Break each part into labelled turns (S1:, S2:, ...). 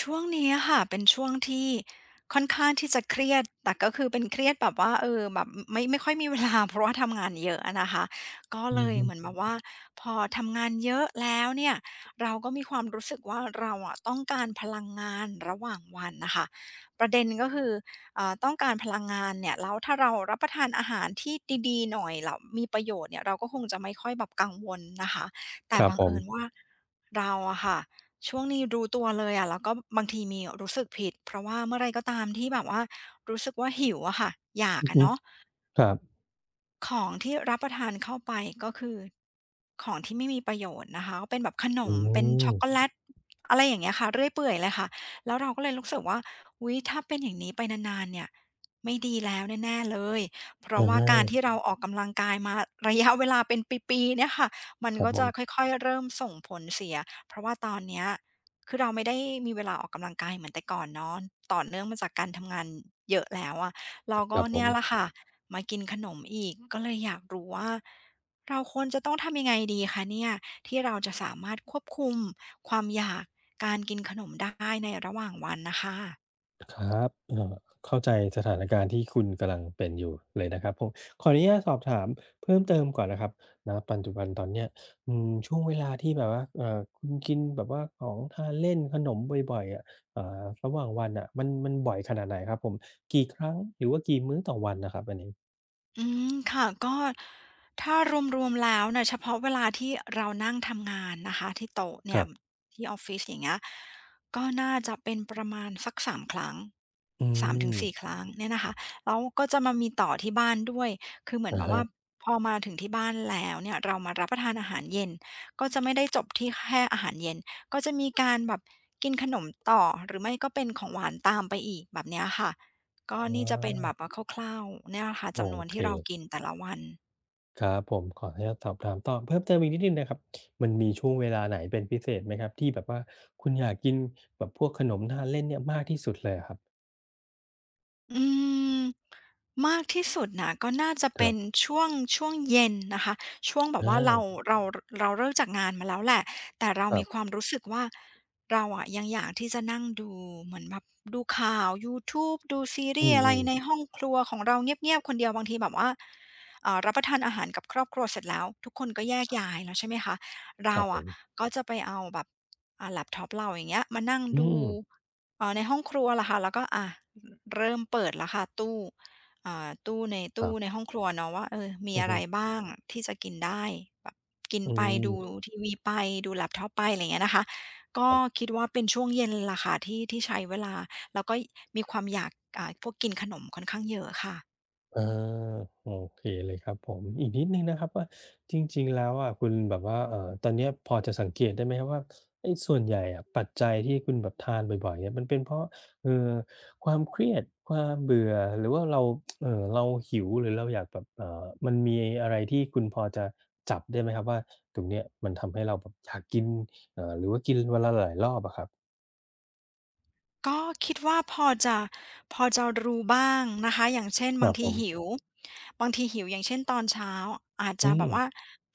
S1: ช่วงนี้อะค่ะเป็นช่วงที่ค่อนข้างที่จะเครียดแต่ก็คือเป็นเครียดแบบว่าแบบไม่ค่อยมีเวลา เพราะว่าทำงานเยอะอะนะคะก็
S2: อื
S1: เล
S2: อ
S1: ย
S2: ฮึ
S1: เหมือนแบบว่าพอทำงานเยอะแล้วเนี่ยเราก็มีความรู้สึกว่าเราอะต้องการพลังงานระหว่างวันน่ะค่ะประเด็นก็คือต้องการพลังงานเนี่ยแล้วถ้าเรารับประทานอาหารที่ดีๆหน่อยแล้วมีประโยชน์เนี่ยเราก็คงจะไม่ค่อยแบบกังวลนะคะแต่
S2: ครับ
S1: บัง
S2: ผ
S1: เอิญ
S2: ม
S1: ว่าเราอะค่ะ ช่วงนี้รู้ตัวเลยอะแล้วก็บางทีมีรู้สึกผิดเพราะว่าเมื่อไรก็ตามที่แบบว่ารู้สึกว่าหิวอะค่ะอยาก
S2: อือ
S1: อะ
S2: ฮึ
S1: เนาะ
S2: ครับ
S1: ของที่รับประทานเข้าไปก็คือของที่ไม่มีประโยชน์นะคะก็เป็นแบบขนม
S2: อื
S1: เป็น
S2: ม
S1: ช็อกโกแลตอะไรอย่างเงี้ยค่ะเรื่อยเปื่อยเลยค่ะแล้วเราก็เลยรู้สึกว่าอุ๊ยถ้าเป็นอย่างนี้ไปนานๆเนี่ยไม่ดีแล้วแน่ๆเลยเพ
S2: อ
S1: ราะว่าการ
S2: า
S1: ที่เราออกกำลังกายมาระยะเวลาเป็นปีๆเนี่ยค่ะมัน
S2: ครับ
S1: ก็
S2: ผ
S1: จะ
S2: ม
S1: ค่อยๆเริ่มส่งผลเสียเพราะว่าตอนเนี้ยคือเราไม่ได้มีเวลาออกกำลังกายเหมือนแต่ก่อนเนาะต่อเนื่องมาจากการทำงานเยอะแล้วอะเรา
S2: ค
S1: ก็
S2: รับผ
S1: เนี่ยแหละ
S2: ม
S1: ค่ะ มากินขนมอีกก็เลยอยากรู้ว่าเราควรจะต้องทำยังไงดีคะเนี่ยที่เราจะสามารถควบคุมความอยากการกินขนมได้ในระหว่างวันนะคะ
S2: ครับเข้าใจสถานการณ์ที่คุณกำลังเป็นอยู่เลยนะครับผมขออนุญาตสอบถามเพิ่มเติมก่อนนะครับณปัจจุบันตอนเนี้ยอืมช่วงเวลาที่แบบว่าคุณกินแบบว่าของทานเล่นขนมบ่อยๆอะอ่าระหว่างวันน่ะมันบ่อยขนาดไหนครับผมกี่ครั้งหรือว่ากี่มื้อต่อวันน่ะครับอันนี้
S1: อืมค่ะก็ถ้ารวมๆแล้วเนะเฉพาะเวลาที่เรานั่งทำงานนะคะที่โต๊ะ
S2: ค
S1: เนี่ย
S2: รับ
S1: ที่ออฟฟิศอย่างเงี้ยก็น่าจะเป็นประมาณสัก3ครั้ง
S2: อื
S1: สามถึ
S2: ม
S1: งสี4ครั้งเนี่ยนะคะแล้วก็จะมามีต่อที่บ้านด้วยคือเหมือน
S2: อะ
S1: แบบ
S2: ฮะ
S1: ว่าพอมาถึงที่บ้านแล้วเนี่ยเรามารับประทานอาหารเย็นก็จะไม่ได้จบที่แค่อาหารเย็นก็จะมีการแบบกินขนมต่อหรือไม่ก็เป็นของหวานตามไปอีกแบบเนี้ยค่ะ
S2: อ
S1: ก็นี่จะเป็นแบ
S2: า
S1: บว่าคร่าวๆเนี่ยแหละค่ะ
S2: โอ
S1: จำนวน
S2: เค
S1: ที่เรากินแต่ละวัน
S2: ครับผมขออนุญาตสอบถามต่อเพิ่มเติมอีกนิดหนึ่งนะครับมันมีช่วงเวลาไหนเป็นพิเศษไหมครับที่แบบว่าคุณอยากกินแบบพวกขนมทานเล่นเนี่ยมากที่สุดเลยอะครับ
S1: อืมมากที่สุดนะก็น่าจะ
S2: ค
S1: เป็
S2: รั
S1: น
S2: บ
S1: ช่วงช่วงเย็นนะคะช่วงแบบ
S2: อ
S1: ว่า
S2: า
S1: เราเราเลิกจากงานมาแล้วแหละแต่เรา
S2: ครั
S1: มีควา
S2: บ
S1: มรู้สึกว่าเราอะยังอยากที่จะนั่งดูเหมือนแบบดูข่าวยูทูบดูซี
S2: อื
S1: รีส์
S2: ม
S1: อะไรในห้องครัวของเราเงียบๆคนเดียวบางทีแบบว่ารับประทานอาหารกับครอบครัวเสร็จแล้วทุกคนก็แยกย้ายแล้วใช่ไหมคะ
S2: ๆค
S1: เรา
S2: รับผ
S1: อะ
S2: ม
S1: ก็จะไปเอาแบบแล็ปท็อปเราอย่างเงี้ยมานั่ง
S2: อื
S1: ดู
S2: ม
S1: อ๋อในห้องครัวล่ะค่ะแล้วก็อะเริ่มเปิดแล้วค่ะตู้ตู้ใน
S2: ครับ
S1: ห้องครัวเนาะว่าเออมี
S2: อือ
S1: อะไร
S2: ฮึ
S1: บ้างที่จะกินได้แบบกิน
S2: อื
S1: ไป
S2: ม
S1: ดูทีวีไปดูแล็ปท็อปไปอะไรอย่างเงี้ยนะคะก็
S2: ครับ
S1: คิดว่าเป็นช่วงเย็นล่ะค่ะที่ใช้เวลาแล้วก็มีความอยากอ่าพวกกินขนมค่อนข้างเยอะค่ะ
S2: อาโอเคเลยครับผมอีกนิดหนึ่งนะครับว่าจริงๆแล้วอะคุณแบบว่าตอนเนี้ยพอจะสังเกตได้ไหมครับว่าไอ้ส่วนใหญ่อะปัจจัยที่คุณแบบทานบ่อยๆเนี่ยมันเป็นเพราะเอ่อความเครียดความเบื่อหรือว่าเราเราหิวหรือเราอยากแบบมันมีอะไรที่คุณพอจะจับได้ไหมครับว่าตรงเนี้ยมันทำให้เราแบบอยากกินหรือว่ากินวันละหลายรอบอะครับ
S1: ก็คิดว่าพอจะรู้บ้างนะคะอย่างเช่น
S2: ครับผม
S1: บางทีหิวอย่างเช่นตอนเช้าอาจ
S2: อื
S1: จะแบ
S2: ม
S1: บว่า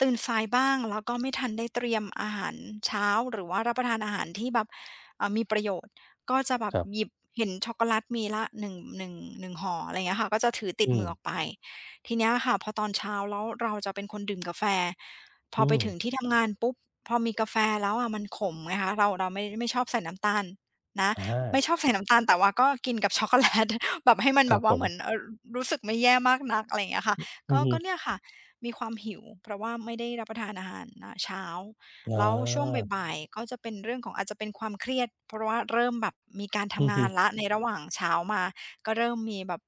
S1: ตื่นสายบ้างแล้วก็ไม่ทันได้เตรียมอาหารเช้าหรือว่ารับประทานอาหารที่แบบมีประโยชน์ก็จะแบบ
S2: ครั
S1: ห
S2: บ
S1: ยิบเห็นช็อกโกแลตมีละหนึ่งห่ออะไรอย่างเงี้ยค่ะก็จะถือติด
S2: อืม
S1: มือออกไปทีเนี้ยค่ะพอตอนเช้าแล้วเราจะเป็นคนดื่มกาแฟพอ
S2: อื
S1: ไป
S2: ม
S1: ถึงที่ทำงานปุ๊บพอมีกาแฟแล้วอะมันขมไงคะเราไม่ชอบใส่น้ำตาลนะ
S2: อา
S1: ไม่ชอบใส่น้ำตาลแต่ว่าก็กินกับช็อกโกแลต แบบให้มัน
S2: ค
S1: แบ
S2: รั
S1: บ
S2: บผ
S1: ว่าเห
S2: ม
S1: มือนรู้สึกไม่แย่มากนักอะไรอย่างเงี้ยค่ะ
S2: อื
S1: ก็
S2: อฮึ
S1: ก็เนี่ยค่ะมีความหิวเพราะว่าไม่ได้รับประทานอาหารอ่าเช้า
S2: อ
S1: แล้วช่วง
S2: า
S1: บ่ายๆก็จะเป็นเรื่องของอาจจะเป็นความเครียดเพราะว่าเริ่มแบบมีการ
S2: อื
S1: ทำ
S2: อ
S1: งา
S2: ฮึ
S1: นแล้วในระหว่างเช้ามาก็เริ่มมีแบบ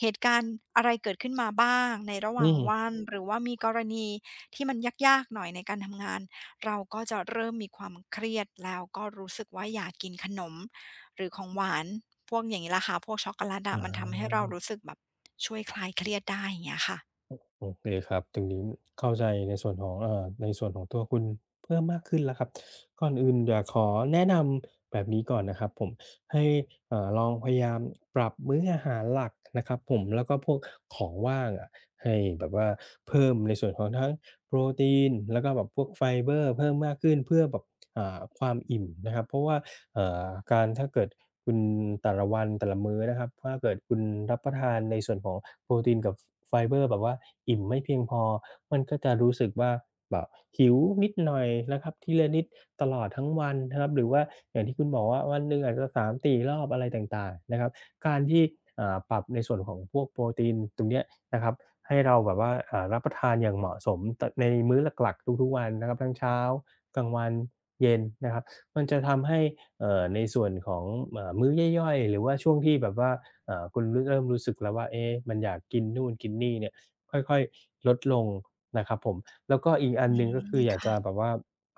S1: เหตุการณ์อะไรเกิดขึ้นมาบ้างในระหว่า
S2: อื
S1: ง
S2: ม
S1: วันหรือว่ามีกรณีที่มันยากๆหน่อยในการทำงานเราก็จะเริ่มมีความเครียดแล้วก็รู้สึกว่าอยากกินขนม หรือของหวานพวกอย่างงี้ล่ะค่ะพวกช็อกโกแลต
S2: อ
S1: อะมันทำให้
S2: า
S1: เรารู้สึกแบบช่วยคลายเครียดได้อย่างเงี้ยค่ะ
S2: โอเคครับตรงนี้เข้าใจในส่วนของในส่วนของตัวคุณเพิ่มมากขึ้นแล้วครับก่อนอื่นอยากขอแนะนำแบบนี้ก่อนนะครับผมให้ลองพยายามปรับมื้ออาหารหลักนะครับผมแล้วก็พวกของว่างอะให้แบบว่าเพิ่มในส่วนของทั้งโปรตีนแล้วก็แบบพวกไฟเบอร์เพิ่มมากขึ้นเพื่อแบบความอิ่มนะครับเพราะว่า เอ่อการถ้าเกิดคุณแต่ละวันแต่ละมื้อนะครับถ้าเกิดคุณรับประทานในส่วนของโปรตีนกับไฟเบอร์แบบว่าอิ่มไม่เพียงพอมันก็จะรู้สึกว่าแบบหิวนิดหน่อยนะครับทีละนิดตลอดทั้งวันนะครับหรือว่าอย่างที่คุณบอกว่าวันหนึ่งอาจจะ3-4รอบอะไรต่างๆนะครับการที่ปรับในส่วนของพวกโปรตีนตรงเนี้ยนะครับให้เราแบบว่ารับประทานอย่างเหมาะสมตในมื้อหลักๆทุกๆวันนะครับทั้งเช้ากลางวันเย็นนะครับ มันจะทำให้ในส่วนของมื้อย่อยๆหรือว่าช่วงที่แบบว่าคุณเริ่มรู้สึกแล้วว่าเอ๊ะมันอยากกินนู่นกินนี่เนี่ยค่อยๆลดลงนะครับผมแล้วก็อีกอัน
S1: อื
S2: หนึ่งก็
S1: ม
S2: คืออยาก
S1: ค่ะ
S2: จะแบบว่า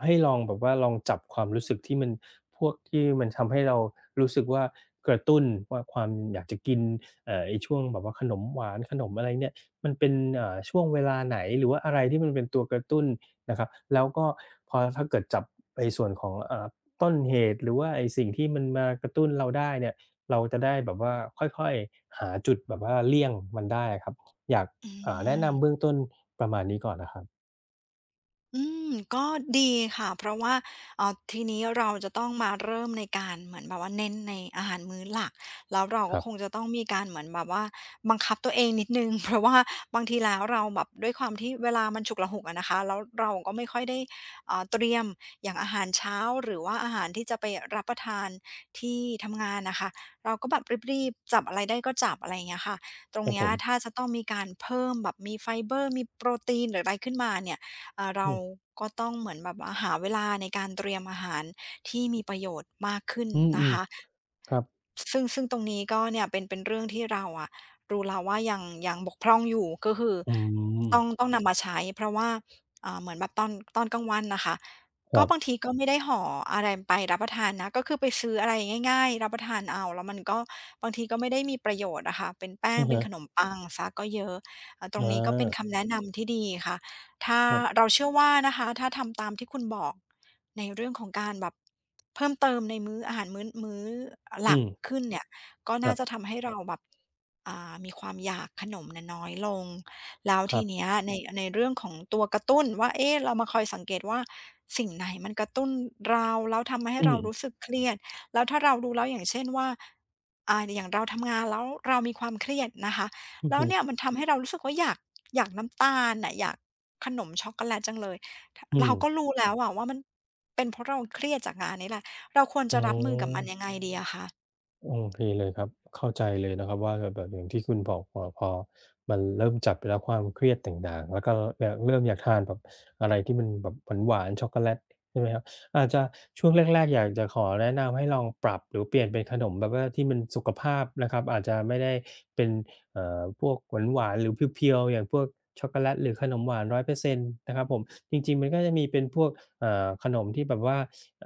S2: ให้ลองแบบว่าลองจับความรู้สึกที่มันพวกที่มันทำให้เรารู้สึกว่ากระตุ้นว่าความอยากจะกินไอ้ช่วงแบบว่าขนมหวานขนมอะไรเนี่ยมันเป็นช่วงเวลาไหนหรือว่าอะไรที่มันเป็นตัวกระตุ้นนะครับแล้วก็พอถ้าเกิดจับในส่วนของต้นเหตุหรือว่าไอ้สิ่งที่มันมากระตุ้นเราได้เนี่ยเราจะได้แบบว่าค่อยๆหาจุดแบบว่าเลี่ยงมันได้อะครับอยาก
S1: อื
S2: แนะ
S1: ม
S2: นำเบื้องต้นประมาณนี้ก่อนนะครับ
S1: อืมก็ดีค่ะเพราะว่าทีนี้เราจะต้องมาเริ่มในการเหมือนแบบว่าเน้นในอาหารมื้อหลักแล้วเรา
S2: ค
S1: ก็
S2: รั
S1: คง
S2: บ
S1: จะต้องมีการเหมือนแบบว่าบังคับตัวเองนิดนึง เพราะว่าบางทีแล้วเราแบบด้วยความที่เวลามันฉุกละหุกอะนะคะแล้วเราก็ไม่ค่อยได้เตรียมอย่างอาหารเช้าหรือว่าอาหารที่จะไปรับประทานที่ทำงานนะคะเราก็แบบรีบๆจับอะไรได้ก็จับอะไรอย่างเงี้ยค่ะตร
S2: ค
S1: ง
S2: รับ
S1: เนี้
S2: ผ
S1: ยถ้า
S2: ม
S1: จะต้องมีการเพิ่มแบบมีไฟเบอร์มีโปรตีนหรืออะไรขึ้นมาเนี่ย เรา
S2: อืม
S1: ก็ต้องเหมือนแบบว่าหาเวลาในการเตรียมอาหารที่มีประโยชน์มากขึ้น
S2: อื
S1: นะ
S2: ม
S1: คะ
S2: ๆครับ
S1: ซึ่งตรงนี้ก็เนี่ยเป็นเรื่องที่เราอะรู้แล้วว่ายังบกพร่องอยู่ก็คือ
S2: อื
S1: ต้อง
S2: ม
S1: ต้องนำมาใช้เพราะว่าอ่าเหมือนแบบตอนกลางวันน่ะค่ะ
S2: ค
S1: ก็
S2: รับ
S1: บางทีก็ไม่ได้ห่ออะไรไปรับประทานนะก็คือไปซื้ออะไรง่ายๆรับประทานเอาแล้วมันก็บางทีก็ไม่ได้มีประโยชน์อะค่ะเป็นแป้ง
S2: อะ
S1: เป็น
S2: ฮะ
S1: ขนมปังเสียก็เยอะตร
S2: อ
S1: งนี้ก็เป็น
S2: า
S1: คำแนะนำที่ดีค่ะ ถ้า
S2: ครับ
S1: เราเชื่อว่านะคะถ้าทำตามที่คุณบอกในเรื่องของการแบบเพิ่มเติมในมื้ออาหารมื้อหลั
S2: อื
S1: ก
S2: ม
S1: ขึ้นเนี่ยก็
S2: ค
S1: น่า
S2: รั
S1: จะ
S2: บ
S1: ทำให้เราแบบอ่ามีความอยากขนมเนี่ยน้อยลงแล้ว
S2: ค
S1: ที
S2: รับ
S1: เนี้ยในเรื่องของตัวกระตุ้นว่าเอ๊ะเรามาคอยสังเกตว่าสิ่งไหนมันกระตุ้นเราแล้วทำให้
S2: อื
S1: เรา
S2: ม
S1: รู้สึกเครียดแล้วถ้าเราดูแล้วอย่างเช่นว่าอ่าอย่างเราทำงานแล้วเรามีความเครียดนะคะ
S2: อือ
S1: แล้ว
S2: ฮึ
S1: เนี่ยมันทำให้เรารู้สึกว่าอยากอยากน้ำตาลน่ะอยาก ขนมช็อกโกแลตจังเลยถ
S2: อื
S1: เรา
S2: ม
S1: ก็รู้แล้วอะว่ามันเป็นเพราะเราเครียดจากงานนี้แหละ เราควร
S2: อ๋
S1: จะ
S2: อ
S1: รับมือกับมันยังไงดีอะคะ
S2: โอเคเลยครับเข้าใจเลยนะครับว่าแบบแบบอย่างที่คุณบอกพอมันเริ่มจับไปแล้วความเครียดต่างๆแล้วก็แบบเริ่มอยากทานแบบอะไรที่มันแบบหวานๆช็อกโกแลตใช่ไหมครับอาจจะช่วงแรกๆอยากจะขอแนะนำให้ลองปรับหรือเปลี่ยนเป็นขนมแบบว่าที่มันสุขภาพนะครับอาจจะไม่ได้เป็นพวกหวานๆหรือเพียวๆอย่างพวกช็อกโกแลตหรือขนมหวาน100%นต์นะครับผมจริงๆมันก็จะมีเป็นพวกขนมที่แบบว่า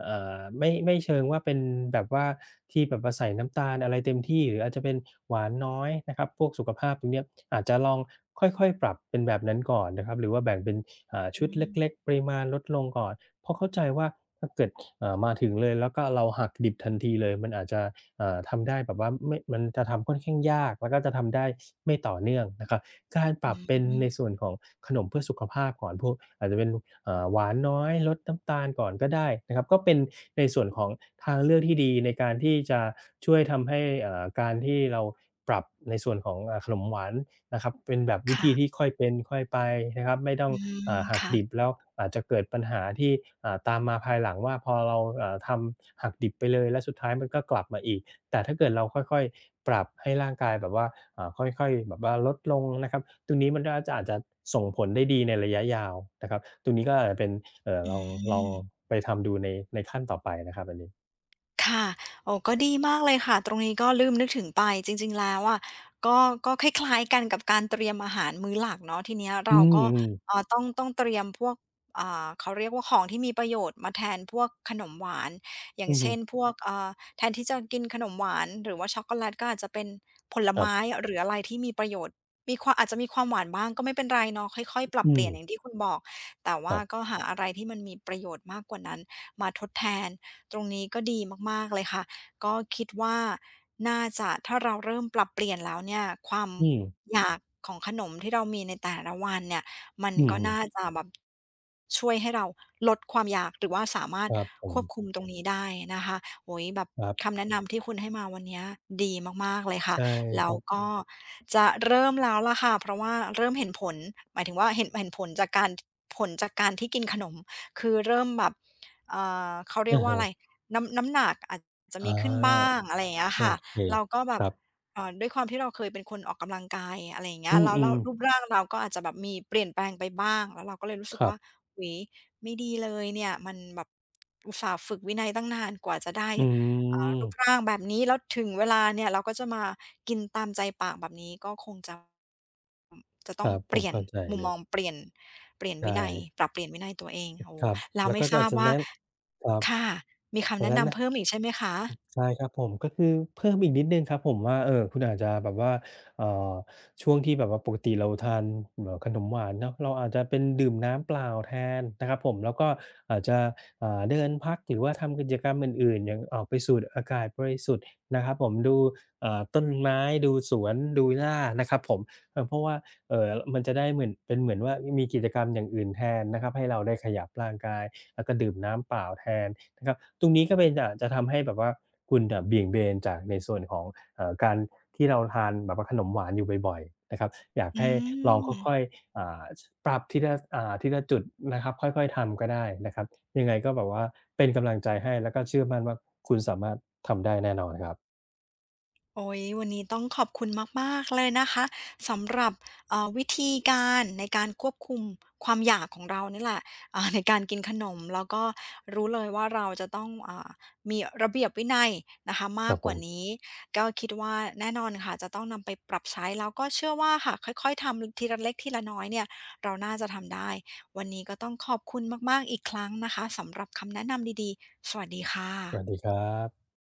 S2: ไม่เชิงว่าเป็นแบบว่าที่แบบว่าใส่น้ำตาลอะไรเต็มที่หรืออาจจะเป็นหวานน้อยนะครับพวกสุขภาพตรงเนี้ยอาจจะลองค่อยๆปรับเป็นแบบนั้นก่อนนะครับหรือว่าแบ่งเป็น
S1: อื
S2: ชุดเ
S1: ม
S2: ล็กๆปริมาณลดลงก่อนเพราะเข้าใจว่าถ้าเกิดมาถึงเลยแล้วก็เราหักดิบทันทีเลยมันอาจจะทำได้แบบว่าไม่มันจะทำค่อนข้างยากแล้วก็จะทำได้ไม่ต่อเนื่องนะครับ การป
S1: อื
S2: รับเป็น
S1: ม
S2: ในส่วนของขนมเพื่อสุขภาพก่อนพวกอาจจะเป็นหวานน้อยลดน้ำตาลก่อนก็ได้นะครับก็เป็นในส่วนของทางเลือกที่ดีในการที่จะช่วยทำให้การที่เราปรับในส่วนของเอ่าขนมหวานนะครับเป็นแบบวิธีที่
S1: ค่ะ
S2: ค่อยเป็นค่อยไปนะครับไม่ต้อ
S1: อื
S2: ง
S1: ม
S2: หักดิบ
S1: ค่ะ
S2: แล้วอาจจะเกิดปัญหาที่ตามมาภายหลังว่าพอเราทำหักดิบไปเลยแล้วสุดท้ายมันก็กลับมาอีก แต่ถ้าเกิดเราค่อยๆปรับให้ร่างกายแบบว่าค่อยๆแบบว่าลดลงนะครับตรงนี้มันก็อาจจะส่งผลได้ดีในระยะยาวนะครับตรงนี้ก็อาจจะเป็นเอ่อ
S1: อื
S2: ลองลอง
S1: ม
S2: ไปทำดูในขั้นต่อไปนะครับอันนี้
S1: ค่ะโอ้ก็ดีมากเลยค่ะ ตรงนี้ก็ลืมนึกถึงไปจริงๆแล้วอะก็ก็คล้ายๆกันกับการเตรียมอาหารมื้อหลักเนาะทีเนี้ย
S2: อื
S1: เราก็
S2: มๆ
S1: ต้องเตรียมพวกอ่าเขาเรียกว่าของที่มีประโยชน์มาแทนพวกขนมหวานอย่าง
S2: อือฮึ
S1: เช่นพวกแทนที่จะกินขนมหวานหรือว่าช็อกโกแลตก็อาจจะเป็นผล
S2: ครั
S1: ไม้
S2: บ
S1: หรืออะไรที่มีประโยชน์มีความอาจจะมีความหวานบ้างก็ไม่เป็นไรเนาะค่อยๆปรับ
S2: อื
S1: เปลี่ย
S2: ม
S1: นอย่างที่คุณบอกแต่
S2: ค
S1: ว่า
S2: รั
S1: ก็
S2: บ
S1: หาอะไรที่มันมีประโยชน์มากกว่านั้นมาทดแทน ตรงนี้ก็ดีมากๆเลยค่ะก็คิดว่าน่าจะถ้าเราเริ่มปรับเปลี่ยนแล้วเนี่ยความ
S2: อืม
S1: อยากของขนมที่เรามีในแต่ละวันเนี่ยมัน
S2: อื
S1: ก็
S2: ม
S1: น่า
S2: ๆ
S1: จะแบบช่วยให้เราลดความอยากหรือว่าสามารถ
S2: ครับผ
S1: ค
S2: ม
S1: วบคุมตรงนี้ได้นะคะโอ้โฮแบบ
S2: ครับ
S1: คำแนะนำที่คุณให้มาวันเนี้ยดีมากๆเลยค่ะ
S2: ใช่ค
S1: แล้ว
S2: รับ
S1: ก็จะเริ่มแล้วล่ะค่ะเพราะว่าเริ่มเห็นผลหมายถึงว่าเห็นผลจากการผลจากการที่กินขนมคือเริ่มแบบเอ่เขาเรียก
S2: อะ
S1: ว่าอะ
S2: ฮะ
S1: ไร น้ำหนักอาจจะ
S2: อ
S1: มีขึ้นบ้า
S2: า
S1: งอะไรอย่างเงี้ย
S2: โอ
S1: ค่ะ
S2: เค
S1: เราก็แบ
S2: ค
S1: บ
S2: รับ
S1: ด้วยความที่เราเคยเป็นคนออกกำลังกายอะไรอย่างเงี้
S2: อ
S1: ยแล้ว
S2: ื
S1: แล้ว
S2: ม
S1: รูป
S2: ๆ
S1: ร่างเราก็อาจจะแบบมีเปลี่ยนแปลงไปบ้างแล้วเราก็เลยรู้สึ
S2: ค
S1: ก
S2: รั
S1: ว่า
S2: บ
S1: อุ๊ยไม่ดีเลยเนี่ยมันแบบอุตส่าห์ฝึกวินัยตั้งนานกว่าจะได้
S2: อื
S1: อ่ารูป
S2: ม
S1: ร่างแบบนี้แล้วถึงเวลาเนี่ยเราก็จะมากินตามใจปากแบบนี้ก็คงจะจะ
S2: ค
S1: ต้อง
S2: รับผ
S1: เป
S2: ม
S1: ลี่ยน
S2: เข้าใจ
S1: มุม
S2: เล
S1: ม
S2: ย
S1: องเปลี่ยน
S2: ใช่
S1: วินัยปรับเปลี่ยนวินัยตัวเองโอ้
S2: ค
S1: โฮ
S2: รับ
S1: เรา
S2: แล้ว
S1: ไม่
S2: ก็
S1: ท
S2: จะ
S1: รา
S2: อา
S1: บ
S2: จจะ
S1: ว่า
S2: แนะครับ
S1: ค่ะ มี
S2: อ
S1: คำ
S2: ย่าง
S1: แนะ
S2: นั้น
S1: นำ
S2: น่ะ
S1: เพิ่มอีกใช่ไหมคะ
S2: ใช่ครับผมก็คือเพิ่มอีกนิดหนึ่งครับผมว่าคุณอาจจะแบบว่าเอ่อช่วงที่แบบว่าปกติเราทานขนมหวานเนาะเราอาจจะเป็นดื่มน้ำเปล่าแทนนะครับผมแล้วก็อาจจะเดินพักหรือว่าทำกิจกรรมอื่นๆอย่างออกไปสูดอากาศบริสุทธิ์นะครับผมดูต้นไม้ดูสวนดูหญ้านะครับผมเพราะว่าเอ่อมันจะได้เหมือนเป็นเหมือนว่ามีกิจกรรมอย่างอื่นแทนนะครับให้เราได้ขยับร่างกายแล้วก็ดื่มน้ำเปล่าแทน นะครับตรงนี้ก็เป็นจะทำให้แบบว่าคุณอ่ะเบี่ยงเบนจากในส่วนของการที่เราทานแบบว่าขนมหวานอยู่บ่อยๆนะครับอยาก
S1: อื
S2: ให้ลองค่อ
S1: ม
S2: ยๆปรับทีละทีละจุดนะครับค่อยๆทำก็ได้นะครับยังไงก็แบบว่าเป็นกำลังใจให้แล้วก็เชื่อมั่นว่าคุณสามารถทำได้แน่นอนครับ
S1: โอ๊ยวันนี้ต้องขอบคุณมากๆเลยนะคะสำหรับวิธีการในการควบคุมความอยากของเรานี่แหละอ่าในการกินขนมแล้วก็รู้เลยว่าเราจะต้องอ่ามีระเบียบวินัยนะคะ
S2: ค
S1: มา
S2: รั
S1: ก
S2: บ
S1: ก
S2: ผ
S1: ว่า
S2: ม
S1: นี้ก็คิดว่าแน่นอนค่ะจะต้องนำไปปรับใช้แล้วก็เชื่อว่าค่ะค่อยๆทำทีละเล็กทีละน้อยเนี่ยเราน่าจะทำได้วันนี้ก็ต้องขอบคุณมากๆอีกครั้งนะคะสำหรับคำแนะนำดีๆสวัสดีค่
S2: สวัสดี
S1: ะ
S2: ครับ